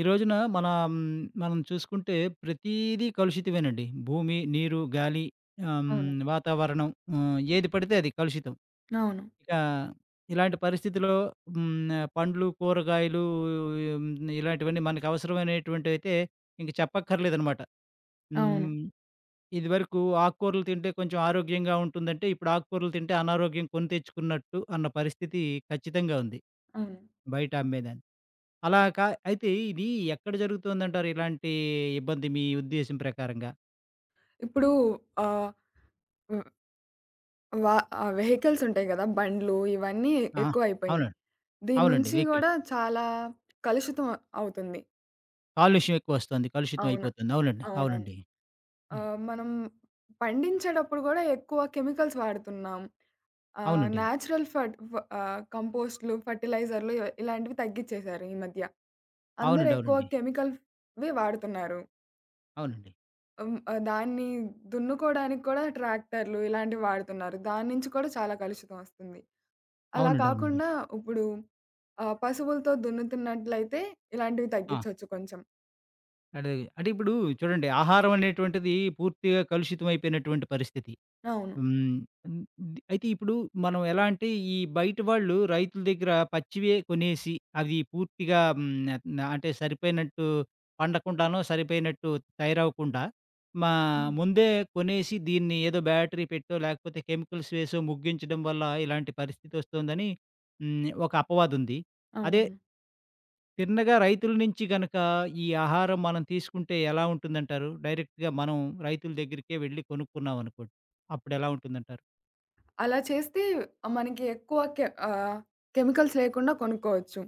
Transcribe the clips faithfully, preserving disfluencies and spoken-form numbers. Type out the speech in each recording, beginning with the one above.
ఈ రోజున మన హ్మ్, మనం చూసుకుంటే ప్రతీదీ కలుషితమేనండి. భూమి, నీరు, గాలి, ఆహ్, అవును. హ్మ్, వాతావరణం. ఆహ్, ఏది పడితే అది కలుషితం. అవును. ఇక ఇలాంటి పరిస్థితిలో హ్మ్, పండ్లు, కూరగాయలు, హ్మ్, ఇలాంటివన్నీ మనకు అవసరమైనటువంటివైతే ఇంక చెప్పక్కర్లేదనమాట. అవును. హ్మ్. ఇదివరకు ఆకుకూరలు తింటే కొంచెం ఆరోగ్యంగా ఉంటుందంటే, ఇప్పుడు ఆకుకూరలు తింటే అనారోగ్యం కొని తెచ్చుకున్నట్టు అన్న పరిస్థితి ఖచ్చితంగా ఉంది అవును. బయట అమ్మేదాన్ని. అలా కా అయితే ఇది ఎక్కడ జరుగుతుందంటారు ఇలాంటి ఇబ్బంది మీ ఉద్దేశం ప్రకారంగా? ఇప్పుడు ఆహ్, హ్మ్. వా ఆహ్, వెహికల్స్ ఉంటాయి గదా! బండ్లు ఇవన్నీ ఆ! ఎక్కువైపోయినియి. అవునండి. దీని అవునండి. నుంచి వెహికల్ గూడా చాలా కలుషితం అ- అవుతుంది. కాలుష్యం ఎక్కువొస్తుంది. కలుషితం అవును. అయిపోతుంది. అవునండి. అవునవును. అవునండి. హ్మ్. ఆహ్, మనం పండించేటప్పుడు గూడా ఎక్కువ కెమికల్స్ వాడుతున్నాం. ఆహ్, అవునండి. నేచురల్ ఫట్ ఫ ఆహ్, కంపోస్ట్‌లు, ఫెర్టిలైజర్‌లు ఇలాంటివి తగ్గిచ్చేసారు ఈ మధ్య. అందరూ అవునండి. ఎక్కువ అవునండి. కెమికల్‌వి వాడుతున్నారు. అవునండి. హ్మ్. ఆహ్, దాన్ని దున్నుకోవడానికి కూడా ట్రాక్టర్లు ఇలాంటివి వాడుతున్నారు. దాని నుంచి కూడా చాలా కలుషితం వస్తుంది. అలా అవునండి. అవునండి. కాకుండా ఇప్పుడు ఆహ్, పశువులతో దున్నుతున్నట్లయితే ఇలాంటివి ఆ! తగ్గించొచ్చు కొంచెం. అంటే, అంటే ఇప్పుడు చూడండి, ఆహారం అనేటువంటిది పూర్తిగా కలుషితం అయిపోయినటువంటి పరిస్థితి. అవును. హ్మ్. హ్మ్. ది అయితే ఇప్పుడు మనం ఎలా అంటే, ఈ బయట వాళ్ళు రైతుల దగ్గర పచ్చివే కొనేసి, అవి పూర్తిగా హ్మ్. న అంటే సరిపోయినట్టు పండకుండానో, సరిపోయినట్టు తయారవ్వకుండా, మా హ్మ్. ముందే కొనేసి దీన్ని ఏదో బ్యాటరీ పెట్టో, లేకపోతే కెమికల్స్ వేసో ముగ్గించడం వల్ల ఇలాంటి పరిస్థితొస్తోందని హ్మ్. ఒక అపవాదుంది. అదే అవునవును. తిన్నగా రైతుల నుంచి గనక ఈ ఆహారం మనం తీసుకుంటే ఎలా ఉంటుందంటారు? డైరెక్ట్‌గా మనం రైతుల దగ్గరికే వెళ్లి కొనుక్కున్నామనుకోండి. అప్పుడెలా ఉంటుందంటారు? అలా చేస్తే మనకి ఎక్కువ కె ఆహ్, కెమికల్స్ లేకుండా కొనుక్కోవచ్చు.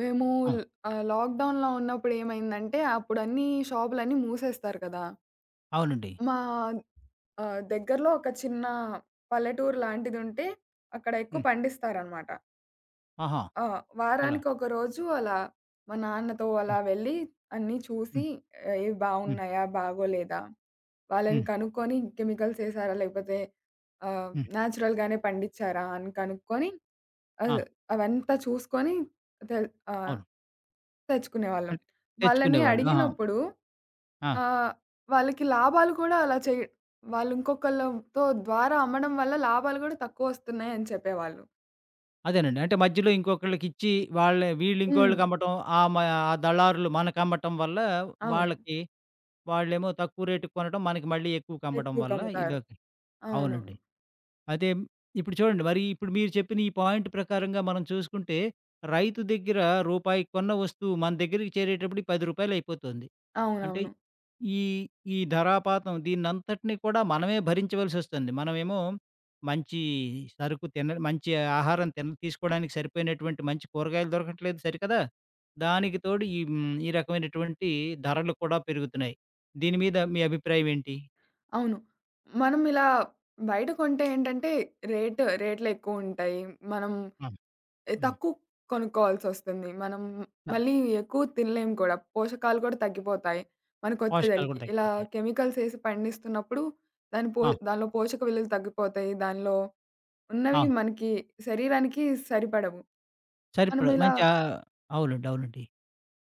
మేము ఆ! ఆహ్, లాక్‌డౌన్‌లో ఉన్నప్పుడు ఏమైందంటే అప్పుడన్నీ షాపులన్నీ మూసేస్తారు కదా! అవునండి. మా ఆహ్, దగ్గరలో ఒక చిన్న పల్లెటూరు లాంటిదుంటే, అక్కడ ఎక్కువ హ్మ్. పండిస్తారనమాట. ఆహా! ఆ! వారానికి పొలాలు. ఒక రోజు అలా మా నాన్నతో ఆ! అలా వెళ్ళి అన్నీ హ్మ్. చూసి ఆ, ఏవి హ్మ్. బాగున్నాయా? బాగోలేదా? వాళ్ళని హ్మ్. కనుక్కొని కెమికల్స్ ఏసారా? లేకపోతే ఆహ్, హ్మ్. నేచురల్‌గానే పండిచ్చారా? అని కనుక్కొని ఆ! అద్ అవంతా చూసుకొని తెల్ ఆహ్, అవును. తెచ్చుకునేవాళ్ళం. అంటే వాళ్ళని తెచ్చుకునేవాళ్ళు. ఆహా! అడిగినప్పుడు ఆ! ఆ! వాళ్ళకి లాభాలు కూడా అలా చెయ్ వాళ్ళు ఇంకొకళ్ళతో ద్వారా అమ్మడం వల్ల లాభాలు గూడా తక్కువొస్తున్నాయని చెప్పేవాళ్ళు. అదేనండి. అంటే మధ్యలో ఇంకొకళ్ళకిచ్చి వాళ్ళే వీళ్ళు హ్మ్. ఇంకోళ్ళకి అమ్మటం, ఆ మ ఆ దళారులు మనకమ్మటం వల్ల అవును. వాళ్ళకి వాళ్ళేమో తక్కువ రేటుకి కొనడం, మనకి మళ్ళీ ఎక్కువకి అమ్మడం ఎక్కువ వల్ల కమ్ముతారు. ఇదొక అవునండి. అవునవును. అదే ఇప్పుడు చూడండి, మరి ఇప్పుడు మీరు చెప్పిన ఈ పాయింట్ ప్రకారంగా మనం చూసుకుంటే రైతు దగ్గర రూపాయికి కొన్న వస్తువు మన దగ్గరికి చేరేటప్పటికి రూ. పది రూపాయలు అయిపోతుంది. అంటే అవునవును. ఈ ఈ ధరాపాతం దీన్నంతటిని కూడా మనమే భరించవలసొస్తుంది. మనమేమో మంచి సరుకు తిన, మంచి ఆహారం తిన తీసుకోవడానికి సరిపోయినటువంటి మంచి కూరగాయలు దొరకట్లేదు సరికదా! దానికి తోడు ఈ హ్మ్, ఈ రకమైనటువంటి ధరలు కూడా పెరుగుతున్నాయి. దీని మీద మీ అభిప్రాయం ఏంటి? అవును. మనం ఇలా బయట కొంటే ఏంటంటే రేట్ రేట్‌లెక్కువుంటాయి. మనం ఆ! ఎ హ్మ్. తక్కువ కొనుక్కోవాల్సొస్తుంది. మనం ఆ! మళ్ళీ ఎక్కువ తినలేం కూడా. పోషకాలు కూడా తగ్గిపోతాయి పోషకాలు మనకొచ్చేదలికి. కూడా ఇలా తగ్గిపోతాయి. కెమికల్సేసి పండిస్తున్నప్పుడు దాని పో ఆ! దానిలో పోషక విలువలు తగ్గిపోతాయి. దానిలో ఉన్నవి అవును. మనకి శరీరానికి సరిపడవు. మనం సరిపడా ఇలా మంచి ఆ అవునండి. అవునండి.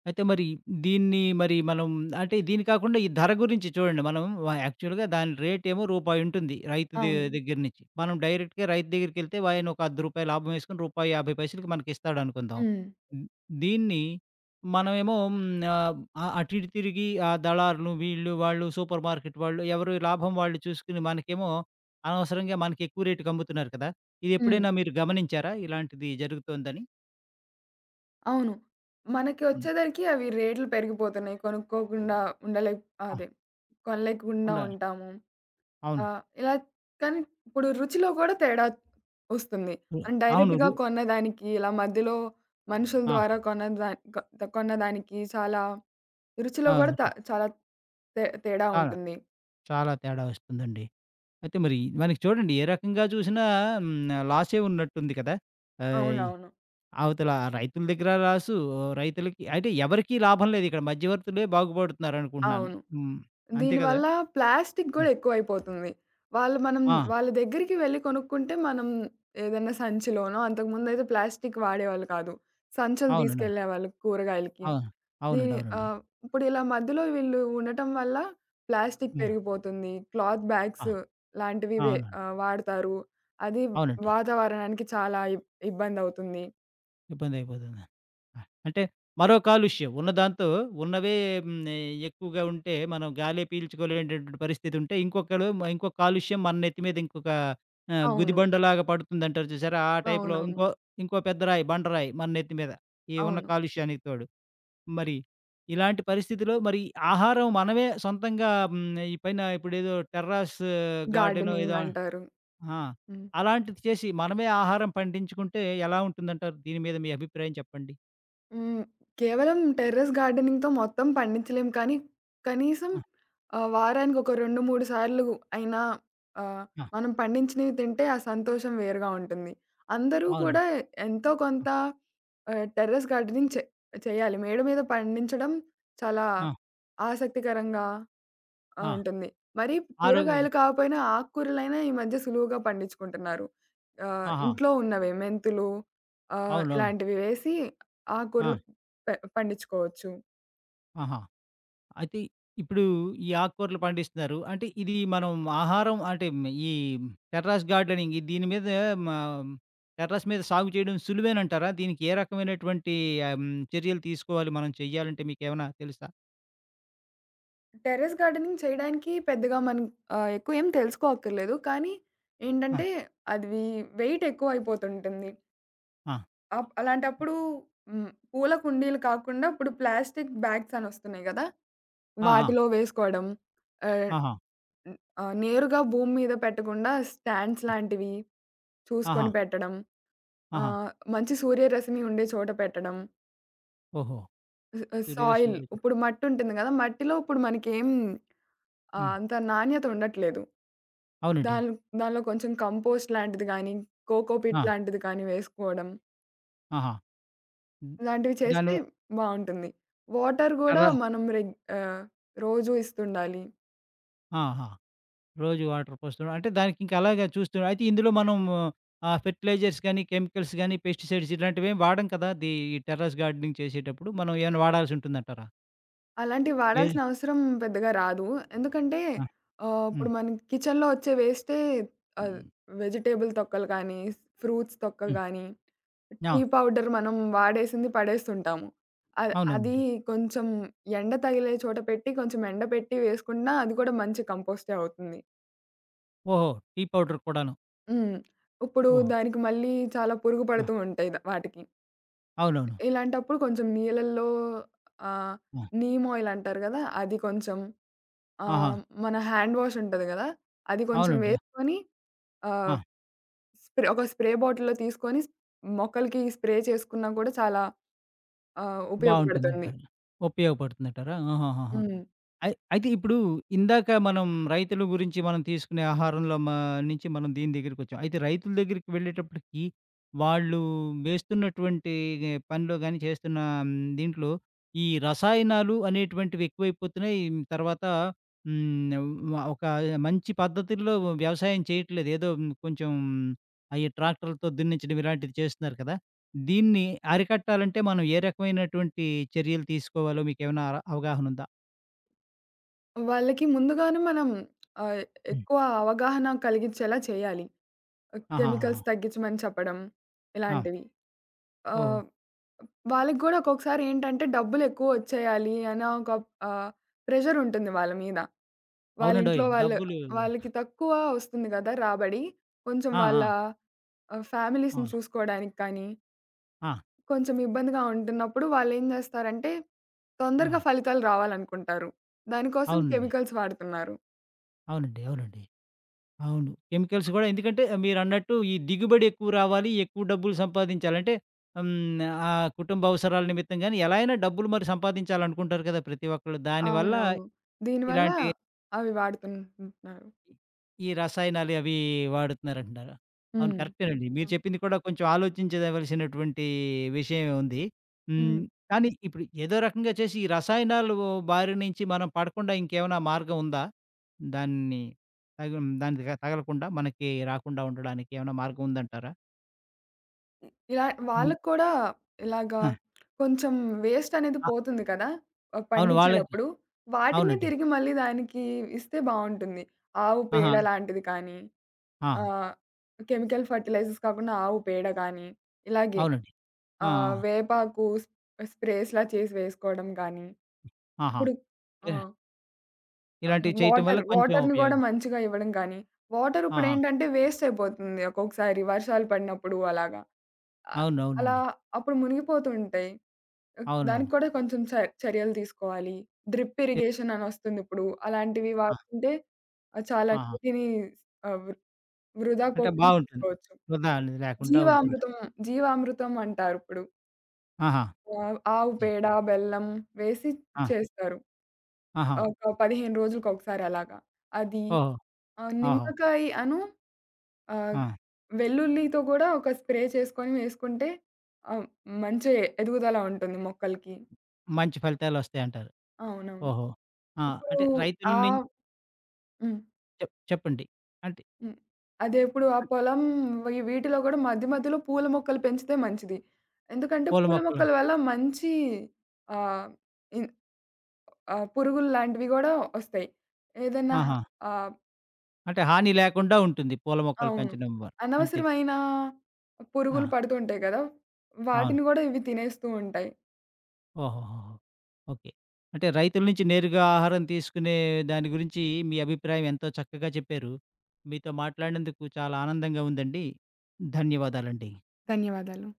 అయితే మరి దీన్ని మరి మనం, అంటే దీని కాకుండా ఈ ధర గురించి చూడండి. మనం వ యాక్చువల్‌గా దాని రేటేమో రూపాయి ఉంటుంది. రైతు ద అవును. దగ్గర నుంచి. మనం డైరెక్ట్‌గా రైతు దగ్గరికెళ్తే ఆయన ఒక రూ. పది రూపాయలు లాభం వేసుకొని రూ. యాభై రూపాయలు మనకి ఇస్తాడనుకుందాం. హ్మ్. హ్మ్. దీన్ని మనమేమో హ్మ్. ఆహ్, అటు ఇటు తిరిగి ఆ దళారులు వీళ్ళు, వాళ్ళు, సూపర్ మార్కెట్ వాళ్ళు ఎవరు లాభం వాళ్ళు చూసుకొని మనకేమో అనవసరంగా మనకి ఎక్కువ రేటుకి అమ్ముతున్నారు కదా! ఇది హ్మ్. ఎప్పుడైనా మీరు గమనించారా, ఇలాంటిది జరుగుతోందని? అవును. మనకి హ్మ్. వచ్చేదరికి అవి రేట్లు పెరిగిపోతున్నాయి. కొనుక్కోకుండా ఉండలే ఆ! అదే కొనలేకుండా ఉండాలి. ఉంటాము. అవును. ఆహ్, ఇలా కానీ ఇప్పుడు రుచిలో కూడా తేడా వస్తుంది. మనం అవును. డైరెక్ట్‌గా కొన్నదానికి ఇలా మధ్యలో మనుషుల ఆ! ద్వారా కొన్నదా కొ కొన్నదానికి చాలా రుచిలో ఆ! కూడా త చాలా తే తేడా చాలా, ఉంటుంది. చాలా తేడా వస్తుందండి. అయితే మరి మనకి చూడండి, ఏ రకంగా చూసినా హ్మ్, లాసే ఉన్నట్టుంది కదా! ఆహ్, అవునవును. అవతల రైతుల దగ్గర లాసు, రైతులకి అంటే ఎవరికీ లాభం లేదు, ఇక్కడ మధ్యవర్తులే బాగుపడుతున్నారనుకుంటున్నాను. అవును. హ్మ్. అంతే కదా! దీనివల్ల ప్లాస్టిక్ గూడా ఎక్కువైపోతుంది. వాళ్ళు మనం ఆ! వాళ్ళ దగ్గరికి వెళ్లి కొనుక్కుంటే మనం ఏదైనా సంచిలోనో అంతకుముందయితే ప్లాస్టిక్ వాడేవాళ్ళు కాదు. సంచులు అవునండి. తీసుకెళ్ళేవాళ్ళు కూరగాయలకి. అవును. దీ అవునండి. అవునండి. ఆహ్, ఇప్పుడు ఇలా మధ్యలో వీళ్ళు ఉండటం వల్ల ప్లాస్టిక్ ఆ! పెరిగిపోతుంది. క్లాత్ ఆ! బ్యాగ్స్ లాంటివి వే అవునండి. ఆహ్, వాడతారు. అది అవునండి. వాతావరణానికి చాలా ఇబ్ ఇబ్బందవుతుంది. ఇబ్బందయిపోతుంది. అహ్, అంటే మరో కాలుష్యం. ఉన్న దాంతో ఉన్నవే హ్మ్, ఎక్కువగా ఉంటే మనం గాలే పీల్చుకోలేనటువంటి పరిస్థితుంటే, ఇంకొకడు మ ఇంకో కాలుష్యం మన నెత్తి మీద ఇంకొక ఆహ్, అవును. గుదిబండలాగా పడుతుందంటారు చూసారా? ఆ టైప్‌లో అవునవును. ఇంకో ఇంకో పెద్ద రాయి, బండరాయి మన నెత్తి మీద. ఈ ఉన్న అవును. కాలుష్యానికి తోడు. మరి ఇలాంటి పరిస్థితిలో మరి ఆహారం మనమే సొంతంగా హ్మ్, ఈ పైన ఇప్పుడేదో టెర్రాస్ గార్డెనో గార్డెనింగ్ ఏదో. అంటారు. ఆ! హ్మ్. అలాంటిది చేసి మనమే ఆహారం పండించుకుంటే ఎలా ఉంటుందంటారు? దీని మీద మీ అభిప్రాయం చెప్పండి? హ్మ్. కేవలం టెర్రస్ గార్డెనింగ్‌తో మొత్తం పండించలేం కానీ, కనీసం ఆ! ఆహ్, వారానికి ఒక రెండు, మూడు సార్లు అయినా ఆహ్, మనం పండించినవి తింటే ఆ సంతోషం వేరుగా ఉంటుంది. అందరూ అవును. కూడా ఎంతో కొంత ఆహ్, టెర్రస్ గార్డెనింగ్ చే చేయాలి. మేడ మీద పండించడం చాలా ఆ! ఆసక్తికరంగా ఆ! ఆ! ఉంటుంది. మరి ఆరోగ్య కూరగాయలు కాకపోయినా ఆకుకూరలైనా ఈ మధ్య సులువుగా పండించుకుంటున్నారు. ఆహ్, ఆహా! ఇంట్లో ఉన్నవే మెంతులు ఆహ్, అవునవును. ఇలాంటివి వేసి ఆ! ఆకుకూరలు పె పండించుకోవచ్చు. ఆహా! అయితే ఇప్పుడు ఈ ఆకుకూరలు పండిస్తున్నారు. అంటే ఇది మనం ఆహారం అంటే ఈ టెర్రస్ గార్డెనింగ్ దీని మీద మ టెర్రస్ మీద సాగు చేయడం సులువేనంటారా? దీనికి ఏ రకమైనటువంటి ఆహ్, హ్మ్, చర్యలు తీసుకోవాలి, మనం చెయ్యాలంటే మీకేమైనా తెలుసా? టెర్రస్ గార్డెనింగ్ చేయడానికి పెద్దగా మనం ఆహ్, ఎక్కువ ఏం తెలుసుకోక్కర్లేదు. కానీ ఆ! ఏంటంటే అదివి వెయిట్ ఎక్కువైపోతుంటుంది. ఆ! అప్ అలాంటప్పుడు హ్మ్. పూల కుండీలు కాకుండా ఇప్పుడు ప్లాస్టిక్ బ్యాగ్స్ అని వస్తున్నాయి గదా! ఆ! ఆ! వాటిలో వేసుకోవడం. ఆహ్, ఆహా! హ్మ్. ఆహ్, నేరుగా భూమి మీద పెట్టకుండా స్టాండ్స్ లాంటివి ఆహా! చూసుకొని పెట్టడం. ఆహా! ఆహ్, మంచి సూర్యరశ్మి ఉండే చోట పెట్టడం. ఓహో! స్ సూర్యరశ్మి సాయిల్ ఉంటుంది. ఇప్పుడు మట్టి ఉంటుంది గదా! మట్టిలో ఇప్పుడు మనకేం ఆహ్, హ్మ్. అంత నాణ్యత ఉండట్లేదు. అవునండి. దాన్ దానిలో కొంచెం కంపోస్ట్ లాంటిది గానీ, కోకోపీట్ ఆ! లాంటిది కానీ వేసుకోవడం. ఆహా! హ్మ్. ఇలాంటివి చేస్తే దానివ బావుంటుంది. వాటర్ గూడా టెర్ర మనం రెగ్ ఆహ్, రోజు ఇస్తుండాలి. ఆహా! రోజు వాటర్ పోస్తున్నాం. అంటే దానికింక అలాగా చూస్తున్నాం. అయితే ఇందులో మనం ఆహ్, ఫెర్టిలైజర్స్ గానీ, కెమికల్స్ గానీ, పెస్టిసైడ్స్ ఇలాంటివేం వాడం కదా! ది ఈ టెర్రస్ గార్డెనింగ్ చేసేటప్పుడు మనం ఏమైనా వాడాల్సుంటుందంటారా? అలాంటివి ఏ వాడాల్సిన అవసరం పెద్దగా రాదు. ఎందుకంటే ఆ! ఆహ్, హ్మ్. ఇప్పుడు మన కిచెన్‌లో వచ్చే వేస్టే ఆహ్, హ్మ్. వెజిటబుల్ తొక్కలు కానీ, ఫ్రూట్స్ తొక్క హ్మ్. గానీ, టీ ఆ! పౌడర్ మనం వాడేసింది పడేస్తుంటాము. అద్ అది అవునవునండి. కొంచెం ఎండ తగిలే చోట పెట్టి, కొంచెం ఎండబెట్టి వేసుకున్నా అది కూడా మంచి కంపోస్టే అవుతుంది. ఓహో! టీ పౌడర్ కూడాను. హ్మ్. ఇప్పుడు ఓహో! దానికి మళ్ళీ చాలా పురుగు ఆ! పడుతూ ఉంటాయి ద వాటికి. అవునవును. ఇలాంటప్పుడు కొంచెం నీళ్ళల్లో ఆహ్, ఆ! నీమ్ ఆయిల్ అంటారు గదా! అది కొంచెం ఆహా! ఆహ్, మన హ్యాండ్ వాష్ ఉంటది గదా! అది కొంచెం అవునండి. వేసుకొని ఆ! ఆహ్, స్ప్రే ఒక స్ప్రే బాటిల్‌లో తీసుకొని మొక్కలకి స్ప్రే చేసుకున్నా కూడా చాలా ఆహ్, ఉపయోగపడుతుంది. బావుంటుందంటారు. ఉపయోగపడుతుందంటారా? ఆహాహాహా! హ్మ్. అయి అయితే ఇప్పుడు ఇందాక మనం రైతుల గురించి మనం తీసుకునే ఆహారంలో మా నుంచి మనం దీని దగ్గరికొచ్చాం. అయితే రైతుల దగ్గరికి వెళ్ళేటప్పటికి వాళ్ళు వేస్తున్నటువంటి పనిలో గాని, చేస్తున్న మ్, దీంట్లో ఈ రసాయనాలు అనేటువంటివి ఎక్కువైపోతున్నాయి. ఉమ్, తర్వాత హ్మ్. వ ఒక మంచి పద్ధతుల్లో వ్యవసాయం చేయట్లేదు. ఏదో మ్, కొంచెం అయి ట్రాక్టర్‌లతో దున్నించడం ఇలాంటివి చేస్తున్నారు కదా! దీన్ని అరికట్టాలంటే మనం ఏ రకమైనటువంటి చర్యలు తీసుకోవాలో మీకేమైనా అర అవగాహన ఉందా? వాళ్ళకి ముందుగానే మనం ఆహ్, ఎక్కువ అవగాహన కలిగించేలా చేయాలి. ఆహాహాహా! కెమికల్స్ తగ్గించమని చెప్పడం ఆ! ఇలాంటివి. ఓహో! ఆహ్ వాళ్ళకి గూడా ఒక్కొక్కసారి ఏంటంటే డబ్బులెక్కువ ఒచ్చేయాలి అన్న ఒక ఆహ్, ప్రెషర్ ఉంటుంది వాళ్ళ మీద. వాళ్ళింట్లో అవునండోయ్! వాళ్ళు డబ్బులు వాళ్ళకి తక్కువ ఒస్తుంది గదా! రాబడి. కొంచెం ఆ! ఆ! వాళ్ళ ఆహ్, ఆ! ఫ్యామిలీస్‌ని చూసుకోవడానికి కానీ, ఆ! కొంచెం ఇబ్బందిగా ఉంటున్నప్పుడు వాళ్ళేం జేస్తారంటే, ఆ! తొందరగా ఫలితాలు రావాలనుకుంటారు. దానికోసం అవునండి. కెమికల్స్ వాడుతున్నారు. అవునండి. అవునండి. అవును. కెమికల్స్ గూడా ఎందుకంటే మీరన్నట్టు ఈ దిగుబడి ఎక్కువ రావాలి, ఎక్కువ డబ్బులు సంపాదించాలి. అంటే హ్మ్. ఆ కుటుంబ అవసరాల నిమిత్తం గాని ఎలా అయినా డబ్బులు మరి సంపాదించాలనుకుంటారు కదా! ప్రతి ఒక్కళ్ళు. దానివల్ల అవునవును. దీనివల్ల ఇలాంటి అవి వాడుతున్నారు. ఈ రసాయనాలు అవి వాడుతున్నారంటున్నారు. అవును, హ్మ్. కరెక్టేనండి. మీరు ఆ! చెప్పింది కూడా కొంచెం ఆలోచించదవలసినటువంటి విషయమే ఉంది. హ్మ్. హ్మ్. కానీ ఇప్పుడు ఏదో రకంగా చేసి ఈ రసాయనాలు బారి నుంచి మనం పడకుండా ఇంకేమైనా మార్గం ఉందా? దాన్ని తగు దానికి తగ- తగలకుండా మనకి రాకుండా ఉండడానికి ఏమైనా మార్గం ఉందంటారా? హ్మ్. ఇలా మీ వాళ్ళకి కూడా ఇలాగా ఆ! కొంచెం వేస్ట్ అనేది అ పోతుంది కదా! ఆహ్, అవును. వాళ్ళకి పండించేటప్పుడు. వాటిని అవునండి. తిరిగి మళ్ళీ దానికి ఇస్తే బావుంటుంది. ఆవు ఆహా! పేడ లాంటిది కానీ, ఆ! ఆహ్, కెమికల్ ఫెర్టిలైజర్స్ కాకుండా ఆవు పేడ కానీ, ఇలాగే అవునండి. ఆ! ఆ! ఆహ్, వేపాకు స్ స్ప్రేస్‌లా చేసి వేసుకోవడం కానీ, ఆహా! ఇప్పుడు ఆ! ఇ- ఇలాంటివి చేయటం వల్ల వాటర్ కొంచెం వాటర్‌ని ఉపయోగం. గూడా మంచిగా ఇవ్వడం గానీ, వాటర్ ఆహా! ఇప్పుడేంటంటే వేస్ట్ అయిపోతుంది. ఒక్కొక్కసారి వర్షాలు పడినప్పుడు అలాగా. అ అలా అవునవునండి. అప్పుడు మునిగిపోతుంటాయి. ఆహ్, అవునవును. దానికి కూడా కొంచెం చ చర్యలు తీసుకోవాలి. డ్రిప్ తె ఇరిగేషన్ అనొస్తుందిప్పుడు. అలాంటివి వాడుతుంటే ఆహ్, చాలా ఆహా! నీటిని ఆహ్, వృ వృధా అంటే పోకుండా బావుంటుంది. చూసుకోవచ్చు. వృధా అనేది లేకుండా ఉంటుంది. జీవామృతం, జీవామృతం అంటారిప్పుడు. ఆహా! ఆహ్, ఆవు జి పేడ, బెల్లం వేసి ఆ! చేస్తారు. ఆహా! ఒక పదిహేను రోజులకొకసారి అలాగా. అది ఓహో! ఆహ్, ఓహో! నిమ్మకాయ అను ఆహ్, ఆ! వెల్లుల్లితో గూడా ఒక స్ప్రే చేసుకొని వేసుకుంటే ఆహ్, మంచి ఎదుగుదల ఉంటుంది మొక్కలకి. మంచి ఫలితాలొస్తాయంటారు. అవునవును. ఓహో! ఆ! ఇప్పుడు అంటే రైతుల నుం ఆహ్, హ్మ్. చెప్ చెప్పండి. అంటే హ్మ్. అదే ఇప్పుడు ఆ పొలం వి వీటిలో గూడా మధ్య మధ్యలో పూల మొక్కలు పెంచితే మంచిది. ఎందుకంటే పూల పూల మొక్కలు మొక్కల వల్ల మంచి ఆహ్, ఇన్ ఆహ్, పురుగులు లాంటివి గూడా ఒస్తాయి. ఏదన్నా హ ఆహా! ఆహ్, అంటే హాని లేకుండా ఉంటుంది, పూల మొక్కలు అవును. పెంచడం వ అంతే కదా! అనవసరమైన పురుగులు ఆ! పడుతుంటాయి గదా! అవును. వాటిని గూడా ఇవి తినేస్తూ ఉంటాయి. ఓహోహోహో! ఓకే. అంటే రైతుల నుంచి నేరుగా ఆహారం తీసుకునే దాని గురించి మీ అభిప్రాయం ఎంతో చక్కగా చెప్పారు. మీతో మాట్లాడినందుకు చాలా ఆనందంగా ఉందండి. ధన్యవాదాలండి. ధన్యవాదాలు.